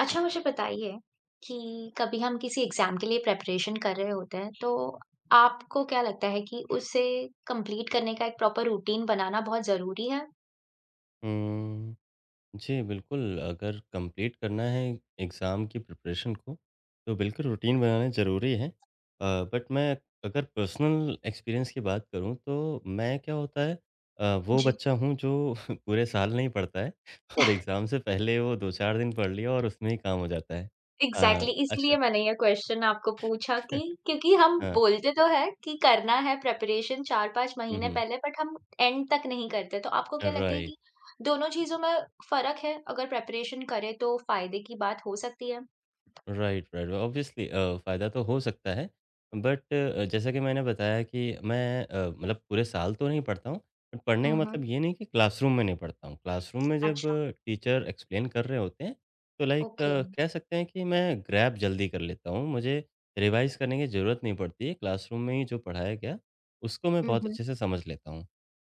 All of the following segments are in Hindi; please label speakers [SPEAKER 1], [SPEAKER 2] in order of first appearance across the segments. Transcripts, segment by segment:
[SPEAKER 1] अच्छा मुझे बताइए कि कभी हम किसी एग्ज़ाम के लिए प्रिपरेशन कर रहे होते हैं, तो आपको क्या लगता है कि उसे कंप्लीट करने का एक प्रॉपर रूटीन बनाना बहुत ज़रूरी है?
[SPEAKER 2] हुँ, जी, बिल्कुल, अगर कंप्लीट करना है एग्ज़ाम की प्रिपरेशन को, तो बिल्कुल रूटीन बनाना ज़रूरी है। बट मैं अगर पर्सनल एक्सपीरियंस की बात करूँ, तो मैं क्या होता है वो
[SPEAKER 1] जी।
[SPEAKER 2] बच्चा हूँ जो पूरे साल नहीं पढ़ता है और एग्ज़ाम से पहले वो 2-4 दिन पढ़ लिया और उसमें ही काम हो जाता है।
[SPEAKER 1] एग्ज़ैक्टली exactly,
[SPEAKER 2] अच्छा।
[SPEAKER 1] इसीलिए मैंने ये क्वेश्चन आपको पूछा कि क्योंकि हम
[SPEAKER 2] हाँ,
[SPEAKER 1] बोलते तो हैं कि करना है प्रिपरेशन 4-5
[SPEAKER 2] हुँ,
[SPEAKER 1] महीने
[SPEAKER 2] हुँ,
[SPEAKER 1] पहले बट हम एंड तक नहीं करते। तो आपको क्या लगता है
[SPEAKER 2] राइट।
[SPEAKER 1] कि दोनों चीज़ों में फ़र्क है? अगर प्रिपरेशन करें तो फ़ायदे की बात हो सकती है?
[SPEAKER 2] Right, right. ऑब्वियसली फ़ायदा तो हो सकता है। बट जैसा कि मैंने बताया कि मैं मतलब पूरे साल तो नहीं पढ़ता हूँ। बट पढ़ने का
[SPEAKER 1] हुँ, हुँ।
[SPEAKER 2] मतलब ये नहीं कि क्लासरूम में नहीं पढ़ता हूँ। क्लासरूम में जब
[SPEAKER 1] अच्छा,
[SPEAKER 2] टीचर एक्सप्लेन कर रहे होते हैं, तो लाइक
[SPEAKER 1] ओके।
[SPEAKER 2] कह सकते हैं कि मैं ग्रैब जल्दी कर लेता हूँ। मुझे रिवाइज़ करने की ज़रूरत नहीं पड़ती है। क्लासरूम में ही जो पढ़ाया गया, उसको मैं
[SPEAKER 1] हुँ,
[SPEAKER 2] बहुत
[SPEAKER 1] हुँ।
[SPEAKER 2] अच्छे से समझ लेता हूँ।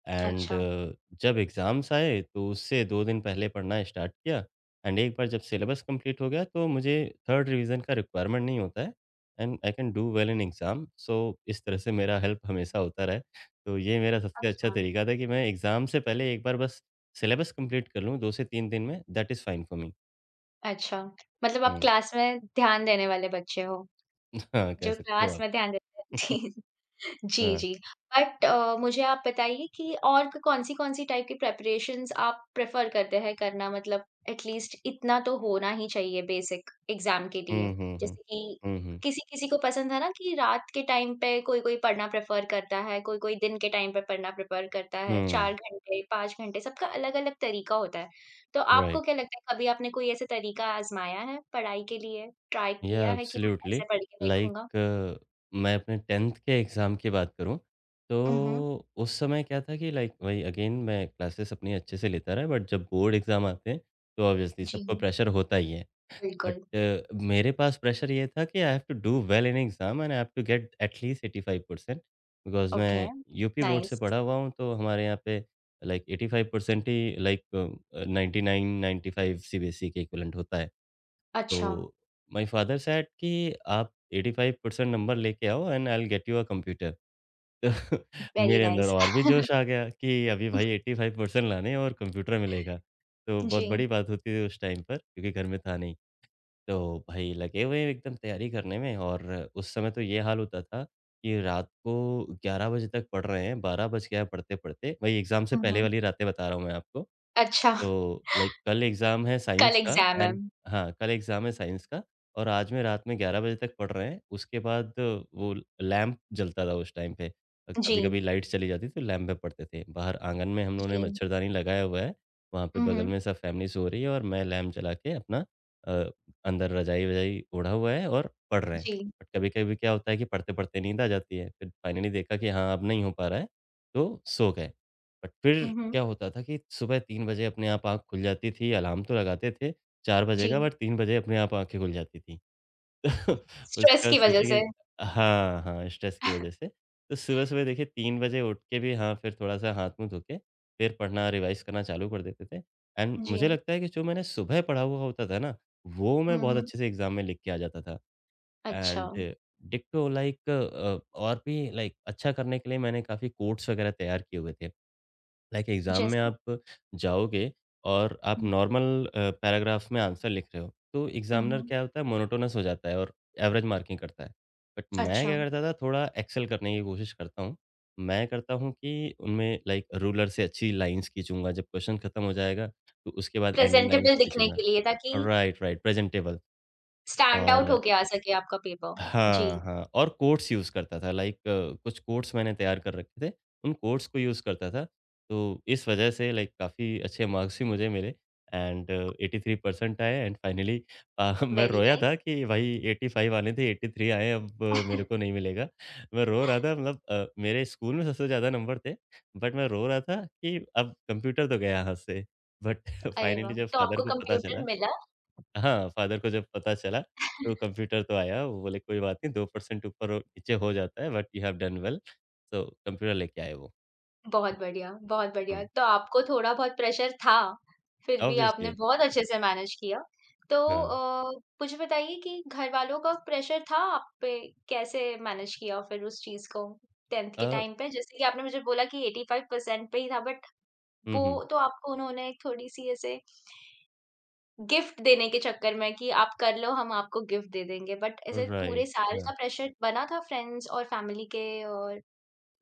[SPEAKER 2] एंड
[SPEAKER 1] अच्छा,
[SPEAKER 2] जब एग्ज़ाम्स आए, तो उससे 2 दिन पहले पढ़ना स्टार्ट किया। एंड एक बार जब सिलेबस कंप्लीट हो गया तो मुझे थर्ड रिवीजन का रिक्वायरमेंट नहीं होता है and I can do well in exam. So इस तरह से मेरा हेल्प हमेशा होता रहा है। तो ये मेरा सबसे अच्छा
[SPEAKER 1] अच्छा।
[SPEAKER 2] तरीका था कि मैं एग्ज़ाम से पहले एक बार बस सिलेबस कंप्लीट कर लूँ 2 से 3 दिन में that is fine for me.
[SPEAKER 1] अच्छा, मतलब आप
[SPEAKER 2] हुँ,
[SPEAKER 1] क्लास में ध्यान देने वाले बच्चे हो।
[SPEAKER 2] हाँ, कह
[SPEAKER 1] जो
[SPEAKER 2] सकते हो
[SPEAKER 1] क्लास
[SPEAKER 2] आप।
[SPEAKER 1] में ध्यान देते हैं। जी,
[SPEAKER 2] हाँ।
[SPEAKER 1] जी। मुझे आप बताइए कि और कौन-सी, कौन-सी टाइप की प्रिपरेशंस आप प्रेफ़र करते हैं करना मतलब एट लीस्ट इतना तो होना ही चाहिए बेसिक एग्ज़ाम के लिए।
[SPEAKER 2] हुँ, हुँ, हुँ।
[SPEAKER 1] जैसे कि
[SPEAKER 2] हुँ, हुँ।
[SPEAKER 1] किसी-किसी को पसंद है ना कि रात के टाइम पे कोई-कोई पढ़ना प्रेफ़र करता है, कोई-कोई दिन के टाइम पे पढ़ना प्रेफ़र करता है,
[SPEAKER 2] हुँ,
[SPEAKER 1] 4 घंटे, 5 घंटे सबका अलग-अलग तरीका होता है। तो आपको
[SPEAKER 2] राइट।
[SPEAKER 1] क्या लगता है कभी आपने कोई ऐसा तरीका आज़माया है पढ़ाई के लिए? ट्राई
[SPEAKER 2] या
[SPEAKER 1] किया है कि मैं
[SPEAKER 2] एब्सोल्युटली
[SPEAKER 1] ऐसे पढ़ के देखूँगा?
[SPEAKER 2] लाइक मैं अपने 10th के एग्ज़ाम की बात करूँ,
[SPEAKER 1] हुँ, हुँ।
[SPEAKER 2] तो उस समय क्या था कि लाइक वही अगेन मैं क्लासेस अपनी अच्छे से लेता रहा बट जब बोर्ड एग्ज़ाम आते हैं, तो ऑब्वियसली
[SPEAKER 1] जी,
[SPEAKER 2] सबको प्रेशर होता ही है।
[SPEAKER 1] बिल्कुल।
[SPEAKER 2] बट मेरे पास प्रेशर ये था कि I have to do well in exam and I have to get at least 85% because
[SPEAKER 1] okay,
[SPEAKER 2] मैं यूपी बोर्ड से
[SPEAKER 1] नाइस।
[SPEAKER 2] पढ़ा हुआ हूँ, तो हमारे यहाँ पे लाइक 85% ही लाइक 99-95 सीबीएसई के इक्विवेलेंट होता है।
[SPEAKER 1] अच्छा,
[SPEAKER 2] So my father said कि आप 85% नंबर लेके आओ and I will get you a computer. तो
[SPEAKER 1] वेरी
[SPEAKER 2] मेरे अंदर
[SPEAKER 1] नाइस।
[SPEAKER 2] और भी जोश आ गया कि अभी भाई 85% लाने हैं और कंप्यूटर मिलेगा। तो बहुत
[SPEAKER 1] जी।
[SPEAKER 2] बड़ी बात होती थी उस टाइम पर क्योंकि घर में था नहीं। तो भाई लगे हुए हैं एकदम तैयारी करने में और उस समय तो ये हाल होता था कि रात को 11 बजे तक पढ़ रहे हैं, 12 बज गया है पढ़ते-पढ़ते। वही एग्ज़ाम से
[SPEAKER 1] हुँ,
[SPEAKER 2] पहले
[SPEAKER 1] हुँ।
[SPEAKER 2] वाली रातें बता रहा हूँ मैं आपको।
[SPEAKER 1] अच्छा,
[SPEAKER 2] तो लाइक कल एग्ज़ाम है
[SPEAKER 1] कल
[SPEAKER 2] साइंस का
[SPEAKER 1] एग्ज़ाम है।
[SPEAKER 2] एंड हाँ, कल एग्ज़ाम है साइंस का और आज में रात में 11 बजे तक पढ़ रहे हैं। उसके बाद वो लैंप जलता था उस टाइम पे।
[SPEAKER 1] जी,
[SPEAKER 2] कभी-कभी लाइट चली जाती तो लैंप में पढ़ते थे। बाहर आँगन में हम लोगों
[SPEAKER 1] जी।
[SPEAKER 2] ने मच्छरदानी लगाया हुआ है। वहाँ पे
[SPEAKER 1] हुँ,
[SPEAKER 2] बगल
[SPEAKER 1] हुँ।
[SPEAKER 2] में सब फैमिली सो रही है और मैं लैंप जला के अपना अ, अंदर रज़ाई-वज़ाई ओढ़ा हुआ है और पढ़ रहे हैं।
[SPEAKER 1] जी।
[SPEAKER 2] बट कभी-कभी क्या होता है कि पढ़ते-पढ़ते नींद आ जाती है। फिर फाइनली देखा कि हाँ, अब नहीं हो पा रहा है, तो सो गए। बट
[SPEAKER 1] हुँ,
[SPEAKER 2] फिर
[SPEAKER 1] हुँ।
[SPEAKER 2] क्या होता था कि सुबह 3 बजे अपने आप आँख खुल जाती थी, अलार्म तो लगाते थे 4 बजे
[SPEAKER 1] जी,
[SPEAKER 2] का बट 3 बजे अपने आप आँखें खुल जाती थी। तो उसके
[SPEAKER 1] स्ट्रेस
[SPEAKER 2] बाद
[SPEAKER 1] की वज़ह
[SPEAKER 2] सोचे
[SPEAKER 1] से।
[SPEAKER 2] कि हाँ, हाँ, स्ट्रेस की वज़ह से। तो सुबह-सुबह देखिए 3 बजे उठ के भी हाँ, फिर थोड़ा-सा हाथ-मुँह धो के फिर पढ़ना, रिवाइज़ करना चालू कर देते थे एंड
[SPEAKER 1] जी।
[SPEAKER 2] मुझे लगता है कि जो मैंने सुबह पढ़ा हुआ होता था ना, वो मैं
[SPEAKER 1] हुँ,
[SPEAKER 2] बहुत
[SPEAKER 1] हुँ।
[SPEAKER 2] अच्छे से एग्ज़ाम में लिख के आ जाता था
[SPEAKER 1] अच्छा,
[SPEAKER 2] एंड डिट्टो लाइक और भी लाइक अच्छा करने के लिए मैंने काफ़ी कोट्स वग़ैरह तैयार किए हुए थे। लाइक एग्ज़ाम में
[SPEAKER 1] जैसे?
[SPEAKER 2] आप जाओगे और आप नॉर्मल पैराग्राफ में आंसर लिख रहे हो, तो
[SPEAKER 1] हुँ,
[SPEAKER 2] एग्ज़ामिनर
[SPEAKER 1] हुँ।
[SPEAKER 2] क्या होता है मोनोटोनस हो जाता है और एवरेज मार्किंग करता है। बट मैं
[SPEAKER 1] अच्छा,
[SPEAKER 2] क्या करता था थोड़ा एक्सेल करने की कोशिश करता हूँ। मैं करता हूँ कि उनमें लाइक रूलर से अच्छी लाइन्स खींचूँगा, जब क्वेश्चन खत्म हो जाएगा तो उसके बाद एंडिंग लाइन्स
[SPEAKER 1] प्रेज़ेंटेबल दिखने
[SPEAKER 2] खींचूँगा।
[SPEAKER 1] के लिए ताकि
[SPEAKER 2] राइट, राइट, प्रेज़ेंटेबल।
[SPEAKER 1] स्टैंड
[SPEAKER 2] और
[SPEAKER 1] आउट होके आ सके आपका पेपर। जी,
[SPEAKER 2] हाँ, हाँ और कोट्स यूज़ करता था लाइक कुछ कोट्स मैंने तैयार कर रखे थे, उन कोट्स को यूज़ करता था। तो इस वज़ह से लाइक काफ़ी अच्छे मार्क्स भी मुझे मिले एंड 83% आए एंड फाइनली मैं
[SPEAKER 1] वेरी
[SPEAKER 2] रोया था
[SPEAKER 1] नाइस।
[SPEAKER 2] कि भाई 85 आने थे, 83 आए अब मेरे को नहीं मिलेगा। मैं रो रहा था मतलब मेरे स्कूल में सबसे ज़्यादा नंबर थे, बट मैं रो रहा था कि अब कंप्यूटर तो गया हाथ से। बट
[SPEAKER 1] अरे
[SPEAKER 2] फाइनली
[SPEAKER 1] वाह!
[SPEAKER 2] जब
[SPEAKER 1] तो
[SPEAKER 2] फादर
[SPEAKER 1] आपको
[SPEAKER 2] को पता चला
[SPEAKER 1] कंप्यूटर मिला?
[SPEAKER 2] हाँ, फादर को जब पता चला तो कंप्यूटर तो आया, वो बोले कोई बात नहीं 2% ऊपर और नीचे हो जाता है but you have done well. So computer लेके आए वो।
[SPEAKER 1] बहुत बढ़िया, बहुत
[SPEAKER 2] हुँ,
[SPEAKER 1] बढ़िया। तो आपको थोड़ा बहुत प्रेशर था, फिर भी आपने
[SPEAKER 2] ऑब्वियसली
[SPEAKER 1] बहुत अच्छे से मैनेज किया। तो
[SPEAKER 2] हाँ।
[SPEAKER 1] अ, मुझे बताइए कि घरवालों का प्रेशर था आप पे, कैसे मैनेज किया फिर उस चीज़ को 10th
[SPEAKER 2] अ,
[SPEAKER 1] के टाइम पे? जैसे कि आपने मुझे बोला कि 85% पे ही था बट
[SPEAKER 2] हुँ, हुँ,
[SPEAKER 1] वो तो आपको उन्होंने थोड़ी-सी ऐसे गिफ्ट देने के चक्कर में कि आप कर लो हम आपको गिफ्ट दे देंगे। बट ऐसे
[SPEAKER 2] राइट,
[SPEAKER 1] पूरे साल
[SPEAKER 2] हाँ।
[SPEAKER 1] का प्रेशर बना था फ्रेंड्स और फैमिली के और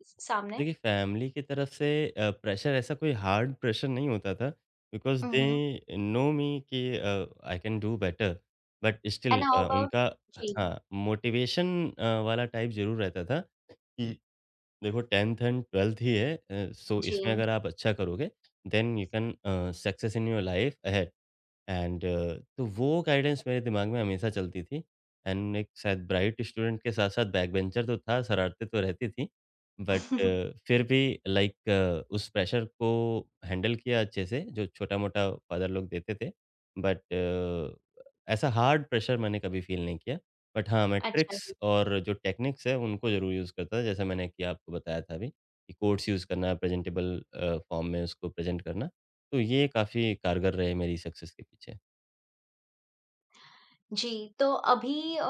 [SPEAKER 1] सामने?
[SPEAKER 2] देखिए फैमिली की तरफ से प्रेशर ऐसा कोई हार्ड प्रेशर नहीं होता था because
[SPEAKER 1] hmm, hmm.
[SPEAKER 2] They know me कि I can do better but
[SPEAKER 1] and
[SPEAKER 2] still
[SPEAKER 1] how about
[SPEAKER 2] उनका
[SPEAKER 1] जी।
[SPEAKER 2] हाँ, मोटिवेशन वाला टाइप ज़रूर रहता था। कि देखो 10th एंड 12th ही है सो
[SPEAKER 1] जी।
[SPEAKER 2] इसमें अगर आप अच्छा करोगे then you can success in your life ahead and तो वो गाइडेंस मेरे दिमाग में हमेशा चलती थी एंड एक शायद ब्राइट स्टूडेंट के साथ साथ बैक बेंचर तो था शरारतें तो रहती थी बट फिर भी लाइक उस प्रेशर को हैंडल किया अच्छे से जो छोटा मोटा फादर लोग देते थे बट ऐसा हार्ड प्रेशर मैंने कभी फील नहीं किया बट हाँ, मैं
[SPEAKER 1] अच्छा
[SPEAKER 2] ट्रिक्स
[SPEAKER 1] जी।
[SPEAKER 2] और जो टेक्निक्स है उनको ज़रूर यूज़ करता था, जैसा मैंने कि आपको बताया था अभी कि कोट्स यूज़ करना, प्रेज़ेंटेबल फ़ॉर्म में उसको प्रेज़ेंट करना। तो ये काफ़ी कारगर रहे मेरी सक्सेस के पीछे।
[SPEAKER 1] जी, तो अभी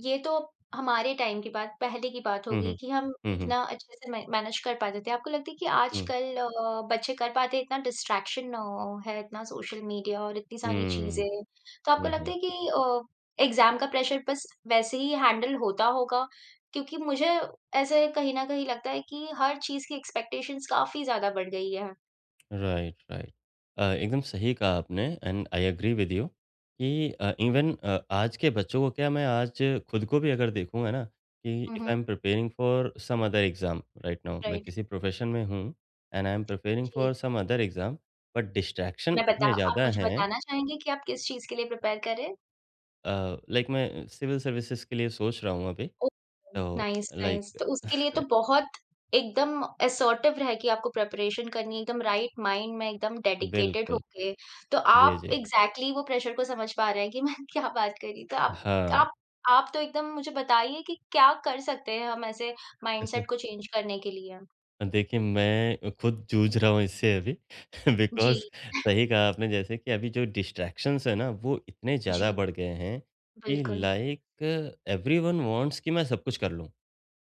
[SPEAKER 1] ये तो हमारे टाइम की बात पहले की बात हो
[SPEAKER 2] हुँ,
[SPEAKER 1] गई
[SPEAKER 2] हुँ।
[SPEAKER 1] कि हम
[SPEAKER 2] हुँ, हुँ।
[SPEAKER 1] इतना अच्छे से मै मैनेज कर पाते थे। आपको लगता है कि
[SPEAKER 2] हुँ।
[SPEAKER 1] आजकल बच्चे कर पाते हैं? इतना डिस्ट्रैक्शन है, इतना सोशल मीडिया और इतनी सारी
[SPEAKER 2] हुँ, हुँ,
[SPEAKER 1] चीज़ें। तो आपको
[SPEAKER 2] हुँ,
[SPEAKER 1] लगता
[SPEAKER 2] हुँ।
[SPEAKER 1] है कि अ, एग्ज़ाम का प्रेशर बस वैसे ही हैंडल होता होगा? क्योंकि मुझे ऐसे कहीं न कहीं लगता है कि हर चीज़ की एक्सपेक्टेशंस काफ़ी ज़्यादा बढ़ गई है।
[SPEAKER 2] राइट, राइट, एकदम सही कहा आपने and I agree with you कि इवन आज के बच्चों को क्या मैं आज खुद को भी अगर देखूंगा ना कि
[SPEAKER 1] हुँ,
[SPEAKER 2] इफ आई
[SPEAKER 1] हुँ।
[SPEAKER 2] Am preparing for some other exam right now मैं
[SPEAKER 1] राइट,
[SPEAKER 2] किसी प्रोफेशन में हूँ एंड आई एम प्रिपेयरिंग
[SPEAKER 1] जी।
[SPEAKER 2] For some other exam but distraction
[SPEAKER 1] मैं बता
[SPEAKER 2] इतने
[SPEAKER 1] आप
[SPEAKER 2] ज़्यादा
[SPEAKER 1] मुझे
[SPEAKER 2] हैं
[SPEAKER 1] बताना चाहेंगे कि आप किस चीज़ के लिए प्रिपेयर कर रहे हैं?
[SPEAKER 2] लाइक मैं सिविल सर्विसेज के लिए सोच रहा हूँ अभी
[SPEAKER 1] ओह!
[SPEAKER 2] तो
[SPEAKER 1] नाइस, नाइस।
[SPEAKER 2] लाइक
[SPEAKER 1] तो उसके लिए तो बहुत एकदम असर्टिव रह के आपको प्रिपरेशन करनी है, एकदम राइट माइंड में एकदम डेडिकेटेड
[SPEAKER 2] बिल्कुल
[SPEAKER 1] होके। तो
[SPEAKER 2] जी,
[SPEAKER 1] आप
[SPEAKER 2] जी,
[SPEAKER 1] एग्ज़ैक्टली वो प्रेशर को समझ पा रहे हैं कि मैं क्या बात कर रही। तो आप
[SPEAKER 2] हाँ।
[SPEAKER 1] आप आप तो एकदम मुझे बताइए कि क्या कर सकते हैं हम ऐसे माइंडसेट को चेंज करने के लिए?
[SPEAKER 2] देखिए, मैं खुद जूझ रहा हूँ इससे अभी। बिकॉज़
[SPEAKER 1] जी,
[SPEAKER 2] सही कहा आपने जैसे कि अभी जो डिस्ट्रैक्शंस हैं ना, वो इतने ज़्यादा
[SPEAKER 1] जी,
[SPEAKER 2] बढ़ गए हैं कि
[SPEAKER 1] बिल्कुल।
[SPEAKER 2] लाइक एवरीवन वांट्स कि मैं सब कुछ कर लूँ।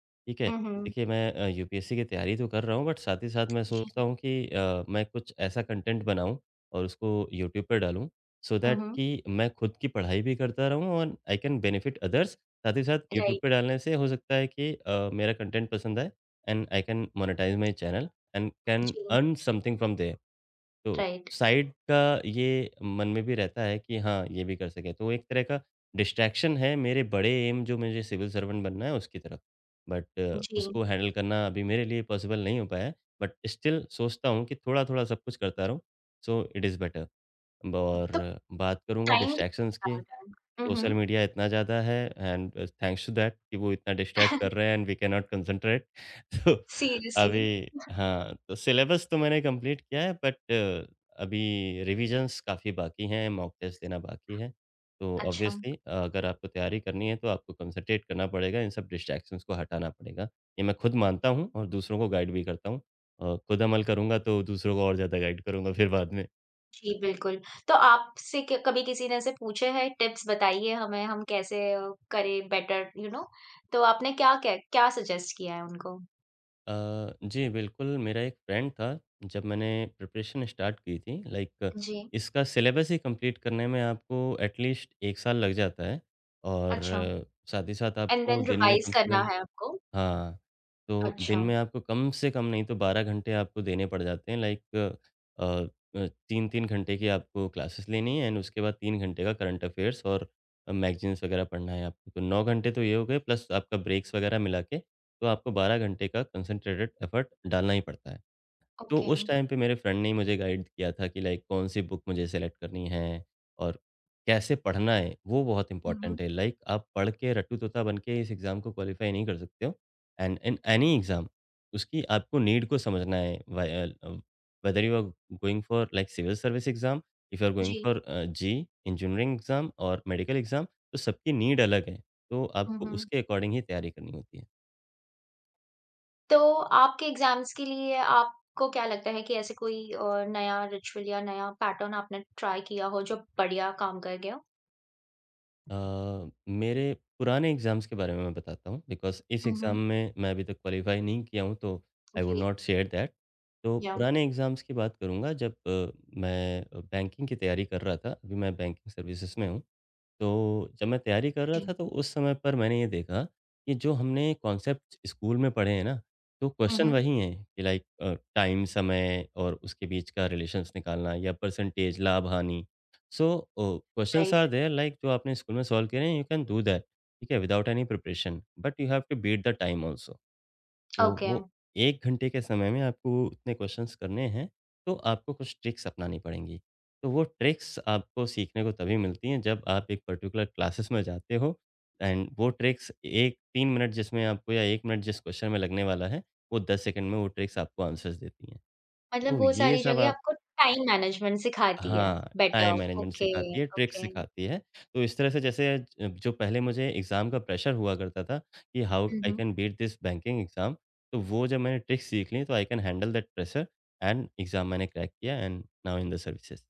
[SPEAKER 2] ठीक है।
[SPEAKER 1] हुँ, हुँ।
[SPEAKER 2] देखिए मैं यूपीएससी की तैयारी तो कर रहा हूँ बट साथ ही साथ मैं
[SPEAKER 1] जी।
[SPEAKER 2] सोचता हूँ कि मैं कुछ ऐसा कंटेंट बनाऊँ और उसको यूट्यूब पर डालूँ सो
[SPEAKER 1] हुँ,
[SPEAKER 2] दैट
[SPEAKER 1] हुँ।
[SPEAKER 2] कि मैं खुद की पढ़ाई भी करता रहूँ और आई कैन बेनिफिट अदर्स। साथ ही साथ यूट्यूब पे
[SPEAKER 1] राइट।
[SPEAKER 2] डालने से हो सकता है कि मेरा कंटेंट पसंद आए and I can monetise my channel and can
[SPEAKER 1] जी,
[SPEAKER 2] अर्न समथिंग फ्रॉम देयर। तो
[SPEAKER 1] राइट।
[SPEAKER 2] साइड का ये मन में भी रहता है कि हाँ, ये भी कर सकें। तो एक तरह का डिस्ट्रैक्शन है मेरे बड़े एम जो मुझे सिविल सर्वेंट बनना है उसकी तरफ। बट
[SPEAKER 1] जी।
[SPEAKER 2] उसको हैंडल करना अभी मेरे लिए पॉसिबल नहीं हो पाया है। बट स्टिल सोचता हूँ कि थोड़ा-थोड़ा सब कुछ करता रहूँ, सो इट इज़ बेटर। और
[SPEAKER 1] तो
[SPEAKER 2] बात करूँगा
[SPEAKER 1] टाइम के
[SPEAKER 2] डिस्ट्रैक्शंस
[SPEAKER 1] साथ
[SPEAKER 2] की
[SPEAKER 1] आता है। उहुँ।
[SPEAKER 2] सोशल मीडिया इतना ज़्यादा है एंड थैंक्स टू दैट कि वो इतना डिस्ट्रैक्ट कर रहे हैं and we can not concentrate. तो
[SPEAKER 1] सीरियसली।
[SPEAKER 2] अभी हाँ, तो सिलेबस तो मैंने कंप्लीट किया है बट अभी रिविजन्स काफ़ी बाकी हैं, मॉक टेस्ट देना बाकी है। तो
[SPEAKER 1] अच्छा।
[SPEAKER 2] ऑब्वियसली अगर आपको तैयारी करनी है तो आपको कंसंट्रेट करना पड़ेगा, इन सब डिस्ट्रैक्शंस को हटाना पड़ेगा। ये मैं खुद मानता हूँ और दूसरों को गाइड भी करता हूँ। खुद अमल करूँगा तो दूसरों को और ज़्यादा गाइड करूँगा फिर बाद में।
[SPEAKER 1] जी, बिल्कुल। तो आपसे क कभी किसी ने ऐसे पूछे हैं टिप्स बताइए हमें हम कैसे करें बेटर यू नो? तो आपने क्या क्या क्या सजेस्ट किया है उनको?
[SPEAKER 2] अ, जी, बिल्कुल, मेरा एक फ्रेंड था, जब मैंने प्रिपरेशन स्टार्ट की थी, लाइक
[SPEAKER 1] जी,
[SPEAKER 2] इसका सिलेबस ही कंप्लीट करने में आपको एटलीस्ट 1 साल लग जाता है और
[SPEAKER 1] अच्छा।
[SPEAKER 2] साथ ही साथ
[SPEAKER 1] एंड
[SPEAKER 2] आपको
[SPEAKER 1] देन
[SPEAKER 2] दिन में
[SPEAKER 1] रिवाइज़
[SPEAKER 2] कम से
[SPEAKER 1] करना
[SPEAKER 2] कम
[SPEAKER 1] है आपको?
[SPEAKER 2] हाँ, तो दिन
[SPEAKER 1] अच्छा,
[SPEAKER 2] में आपको कम से कम नहीं तो 12 घंटे आपको देने पड़ जाते हैं लाइक 3-3 घंटे की आपको क्लासेस लेनी है एंड उसके बाद 3 घंटे का करंट अफ़ेयर्स और मैगज़ीन्स वग़ैरह पढ़ना है आपको। तो 9 घंटे तो ये हो गए प्लस आपका ब्रेक्स वग़ैरह मिला के, तो आपको 12 घंटे का कंसंट्रेटेड एफ़र्ट डालना ही पड़ता है। तो
[SPEAKER 1] ओके।
[SPEAKER 2] उस टाइम पे मेरे फ्रेंड ने ही मुझे गाइड किया था कि लाइक कौन-सी बुक मुझे सेलेक्ट करनी है और कैसे पढ़ना है, वो बहुत
[SPEAKER 1] हुँ, हुँ।
[SPEAKER 2] इम्पोर्टेंट है। लाइक आप पढ़ के रट्टू तोता बन के इस एग्ज़ाम को क्वालीफाई नहीं कर सकते हो एंड इन एनी एग्ज़ाम उसकी आपको नीड को समझना है। Why whether you are going for like civil service exam, if you are going
[SPEAKER 1] जी।
[SPEAKER 2] फॉर जी, इंजीनियरिंग एग्ज़ाम और मेडिकल एग्ज़ाम तो सबकी नीड अलग है। तो
[SPEAKER 1] हुँ,
[SPEAKER 2] आपको
[SPEAKER 1] हुँ।
[SPEAKER 2] उसके अकॉर्डिंग ही तैयारी करनी होती है।
[SPEAKER 1] तो आपके एग्ज़ाम्स के लिए आपको क्या लगता है कि ऐसे कोई नया रिचुअल या नया पैटर्न आपने ट्राई किया हो जो बढ़िया काम कर गया हो?
[SPEAKER 2] मेरे पुराने एग्ज़ाम्स के बारे में मैं बताता हूँ बिकॉज़ इस
[SPEAKER 1] हुँ,
[SPEAKER 2] एग्ज़ाम
[SPEAKER 1] हुँ।
[SPEAKER 2] में मैं अभी तक क्वालीफ़ाई नहीं किया हूँ तो आई वुड
[SPEAKER 1] जी।
[SPEAKER 2] Not share that. तो
[SPEAKER 1] या
[SPEAKER 2] पुराने एग्ज़ाम्स की बात करूँगा जब मैं बैंकिंग की तैयारी कर रहा था, अभी मैं बैंकिंग सर्विसेज़ में हूँ। तो जब मैं तैयारी कर रहा
[SPEAKER 1] जी।
[SPEAKER 2] था तो उस समय पर मैंने ये देखा कि जो हमने कॉन्सेप्ट स्कूल में पढ़े हैं ना, तो
[SPEAKER 1] हुँ,
[SPEAKER 2] क्वेश्चन
[SPEAKER 1] हुँ।
[SPEAKER 2] वही हैं कि लाइक टाइम, समय और उसके बीच का रिलेशंस निकालना या परसेंटेज, लाभ-हानि। So questions
[SPEAKER 1] right,
[SPEAKER 2] are there like जो आपने स्कूल में सॉल्व करे हैं, यू कैन डू दैट ठीक है, without any preparation, but you have to beat the time also. तो
[SPEAKER 1] ओके।
[SPEAKER 2] वो 1 घंटे के समय में आपको उतने क्वेश्चंस करने हैं, तो आपको कुछ ट्रिक्स अपनानी पड़ेंगी। तो वो ट्रिक्स आपको सीखने को तभी मिलती हैं जब आप एक पर्टिकुलर क्लासेस में जाते हो एंड वो ट्रिक्स एक 3 मिनट जिसमें आपको या 1 मिनट जिस क्वेश्चन में लगने वाला है, वो 10 सेकंड में वो ट्रिक्स आपको आंसर्स देती हैं।
[SPEAKER 1] मतलब
[SPEAKER 2] तो
[SPEAKER 1] वो
[SPEAKER 2] ये
[SPEAKER 1] सारी
[SPEAKER 2] सब
[SPEAKER 1] जगह
[SPEAKER 2] आप
[SPEAKER 1] आपको टाइम मैनेजमेंट सिखाती है,
[SPEAKER 2] हाँ,
[SPEAKER 1] बेटर,
[SPEAKER 2] टाइम मैनेजमेंट
[SPEAKER 1] ओके,
[SPEAKER 2] सिखाती है, ट्रिक्स
[SPEAKER 1] ओके।
[SPEAKER 2] सिखाती है। तो इस तरह से जैसे जो पहले मुझे एग्ज़ाम का प्रेशर हुआ करता था कि how
[SPEAKER 1] um,
[SPEAKER 2] I
[SPEAKER 1] um.
[SPEAKER 2] Can beat this banking exam, तो वो जब मैंने ट्रिक्स सीख ली, तो I can handle that pressure and exam मैंने क्रैक किया and now in the services.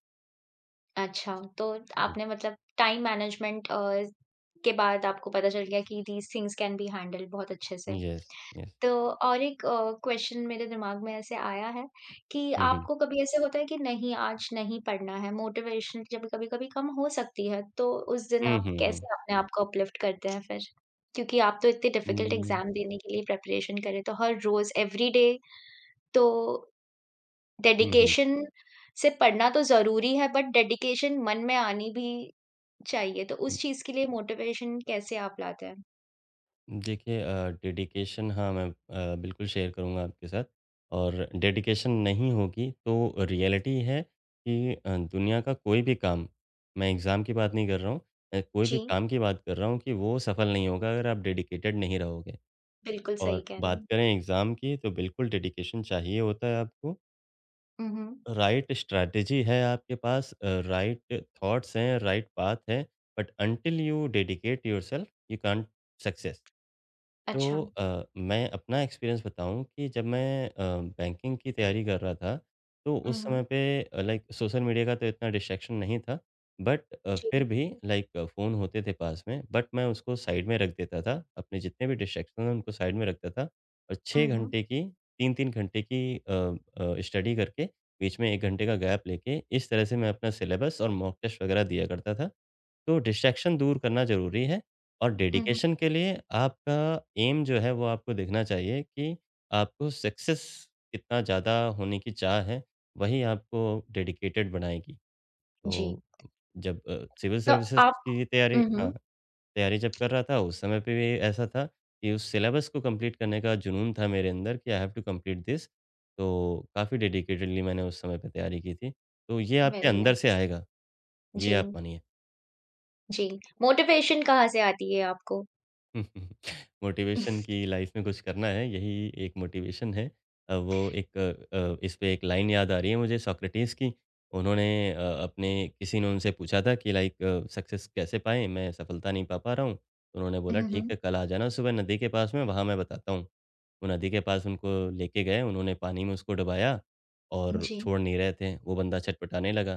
[SPEAKER 1] अच्छा, तो
[SPEAKER 2] हुँ,
[SPEAKER 1] आपने मतलब टाइम मैनेजमेंट के बाद आपको पता चल गया कि these things can be handled बहुत अच्छे से।
[SPEAKER 2] Yes, yes.
[SPEAKER 1] तो और एक क्वेश्चन मेरे दिमाग में ऐसे आया है कि
[SPEAKER 2] हुँ, हुँ।
[SPEAKER 1] आपको कभी ऐसे होता है कि नहीं आज नहीं पढ़ना है, मोटिवेशन जब कभी-कभी कम हो सकती है, तो उस दिन
[SPEAKER 2] हुँ,
[SPEAKER 1] आप
[SPEAKER 2] हुँ,
[SPEAKER 1] कैसे
[SPEAKER 2] हुँ।
[SPEAKER 1] अपने आप को अपलिफ्ट करते हैं फिर? क्योंकि आप तो इतने
[SPEAKER 2] हुँ,
[SPEAKER 1] डिफिकल्ट
[SPEAKER 2] हुँ,
[SPEAKER 1] एग्ज़ाम देने के लिए प्रिपरेशन करें, तो हर रोज़ एवरीडे तो
[SPEAKER 2] हुँ, हुँ, हुँ।
[SPEAKER 1] डेडिकेशन से पढ़ना तो ज़रूरी है बट डेडिकेशन मन में आनी भी चाहिए, तो उस चीज़ के लिए मोटिवेशन कैसे आप लाते हैं?
[SPEAKER 2] देखिए डेडिकेशन हाँ, मैं बिल्कुल शेयर करूँगा आपके साथ और डेडिकेशन नहीं होगी तो रियलिटी है कि दुनिया का कोई भी काम, मैं एग्ज़ाम की बात नहीं कर रहा हूँ, कोई भी
[SPEAKER 1] जी,
[SPEAKER 2] काम की बात कर रहा हूँ कि वो सफल नहीं होगा अगर आप डेडिकेटेड नहीं रहोगे।
[SPEAKER 1] बिल्कुल सही
[SPEAKER 2] और
[SPEAKER 1] कह रहे
[SPEAKER 2] बात
[SPEAKER 1] हैं।
[SPEAKER 2] करें एग्ज़ाम की तो बिल्कुल डेडिकेशन चाहिए होता है आपको।
[SPEAKER 1] उहुँ,
[SPEAKER 2] राइट स्ट्रैटेजी है आपके पास, राइट थॉट्स हैं, राइट पाथ है but until you dedicate yourself you can't success.
[SPEAKER 1] अच्छा।
[SPEAKER 2] तो मैं अपना एक्सपीरियंस बताऊँ कि जब मैं बैंकिंग की तैयारी कर रहा था, तो उस
[SPEAKER 1] उहुँ,
[SPEAKER 2] समय पे लाइक सोशल मीडिया का तो इतना डिस्ट्रैक्शन नहीं था। बट
[SPEAKER 1] जी।
[SPEAKER 2] फिर भी लाइक फ़ोन होते थे पास में, बट मैं उसको साइड में रख देता था। अपने जितने भी डिस्ट्रैक्शन हैं, उनको साइड में रखता था और 6
[SPEAKER 1] उहुँ,
[SPEAKER 2] घंटे की 3-3 घंटे की स्टडी करके, बीच में 1 घंटे का गैप लेके, इस तरह से मैं अपना सिलेबस और मॉक टेस्ट वगैरह दिया करता था। तो डिस्ट्रैक्शन दूर करना ज़रूरी है और
[SPEAKER 1] उहुँ,
[SPEAKER 2] डेडिकेशन के लिए आपका एम जो है वो आपको देखना चाहिए कि आपको सक्सेस कितना ज़्यादा होने की चाह है, वही आपको डेडिकेटेड बनाएगी।
[SPEAKER 1] जी।
[SPEAKER 2] तो जब सिविल
[SPEAKER 1] तो
[SPEAKER 2] सर्विसेज़
[SPEAKER 1] आप
[SPEAKER 2] की तैयारी
[SPEAKER 1] उहुँ,
[SPEAKER 2] हाँ, तैयारी जब कर रहा था उस समय पे भी ऐसा था कि उस सिलेबस को कंप्लीट करने का जुनून था मेरे अंदर कि I have to complete this. तो काफ़ी डेडिकेटेडली मैंने उस समय पे तैयारी की थी। तो ये आपके
[SPEAKER 1] वेरी
[SPEAKER 2] अंदर से
[SPEAKER 1] नाइस।
[SPEAKER 2] आएगा, ये
[SPEAKER 1] जी,
[SPEAKER 2] आप मानिए।
[SPEAKER 1] जी। मोटिवेशन कहाँ से आती है आपको?
[SPEAKER 2] मोटिवेशन की लाइफ में कुछ करना है, यही एक मोटिवेशन है। वो एक इस पे एक लाइन याद आ रही है मुझे सोक्रेटिस की। उन्होंने अपने, किसी ने उनसे पूछा था कि लाइक सक्सेस कैसे पाएँ? मैं सफलता नहीं पा पा रहा हूँ। तो उन्होंने बोला
[SPEAKER 1] उहुँ,
[SPEAKER 2] ठीक है कल आ जाना सुबह नदी के पास में, वहाँ मैं बताता हूँ। वो नदी के पास उनको लेके गए, उन्होंने पानी में उसको डुबाया और
[SPEAKER 1] जी।
[SPEAKER 2] छोड़ नहीं रहे थे। वो बंदा छटपटाने लगा।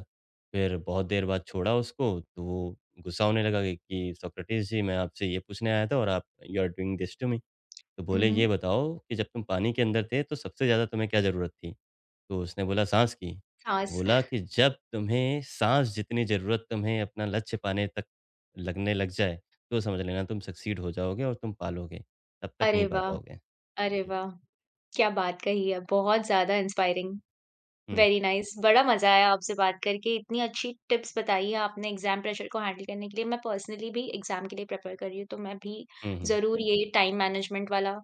[SPEAKER 2] फिर बहुत देर बाद छोड़ा उसको तो वो गुस्सा होने लगा कि सोक्रेटिस जी मैं आपसे ये पूछने आया था और आप you are doing this to me. तो बोले
[SPEAKER 1] उहुँ,
[SPEAKER 2] ये बताओ कि जब तुम पानी के अंदर थे तो सबसे ज़्यादा तुम्हें क्या ज़रूरत थी। तो उसने बोला सांस की। तो
[SPEAKER 1] साँस।
[SPEAKER 2] बोला कि जब तुम्हें सांस जितनी ज़रूरत तुम्हें अपना लक्ष्य पाने तक लगने लग जाए तो समझ लेना तुम सक्सीड हो जाओगे और तुम पालोगे, तब तक नहीं
[SPEAKER 1] अरे
[SPEAKER 2] पा
[SPEAKER 1] वाह!
[SPEAKER 2] पाओगे।
[SPEAKER 1] अरे
[SPEAKER 2] जी।
[SPEAKER 1] वाह! क्या बात कही है, बहुत ज़्यादा इंस्पायरिंग।
[SPEAKER 2] हम्म।
[SPEAKER 1] वेरी नाइस बड़ा मज़ा आया आपसे बात करके। इतनी अच्छी टिप्स बताई है आपने एग्ज़ाम प्रेशर को हैंडल करने के लिए। मैं पर्सनली भी एग्ज़ाम के लिए प्रिपेयर कर रही हूँ, तो मैं भी
[SPEAKER 2] हम्म।
[SPEAKER 1] ज़रूर ये टाइम मैनेजमेंट वाला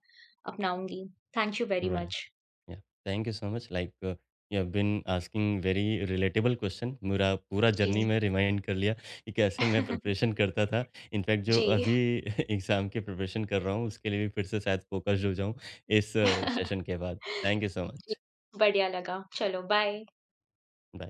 [SPEAKER 1] अपनाऊँगी। Thank you very
[SPEAKER 2] right.
[SPEAKER 1] Much.
[SPEAKER 2] Yeah, thank you so much. Like you have been asking very relatable question. मेरा पूरा जर्नी
[SPEAKER 1] जी।
[SPEAKER 2] में रिमाइंड कर लिया कि कैसे मैं प्रिपरेशन करता था। इनफैक्ट जो
[SPEAKER 1] जी।
[SPEAKER 2] अभी एग्जाम की प्रिपरेशन कर रहा हूँ उसके लिए भी फिर से शायद फोकस्ड हो जाऊँ इस सेशन के बाद। थैंक यू सो
[SPEAKER 1] जी,
[SPEAKER 2] मच।
[SPEAKER 1] बढ़िया लगा। चलो बाय।
[SPEAKER 2] बाय।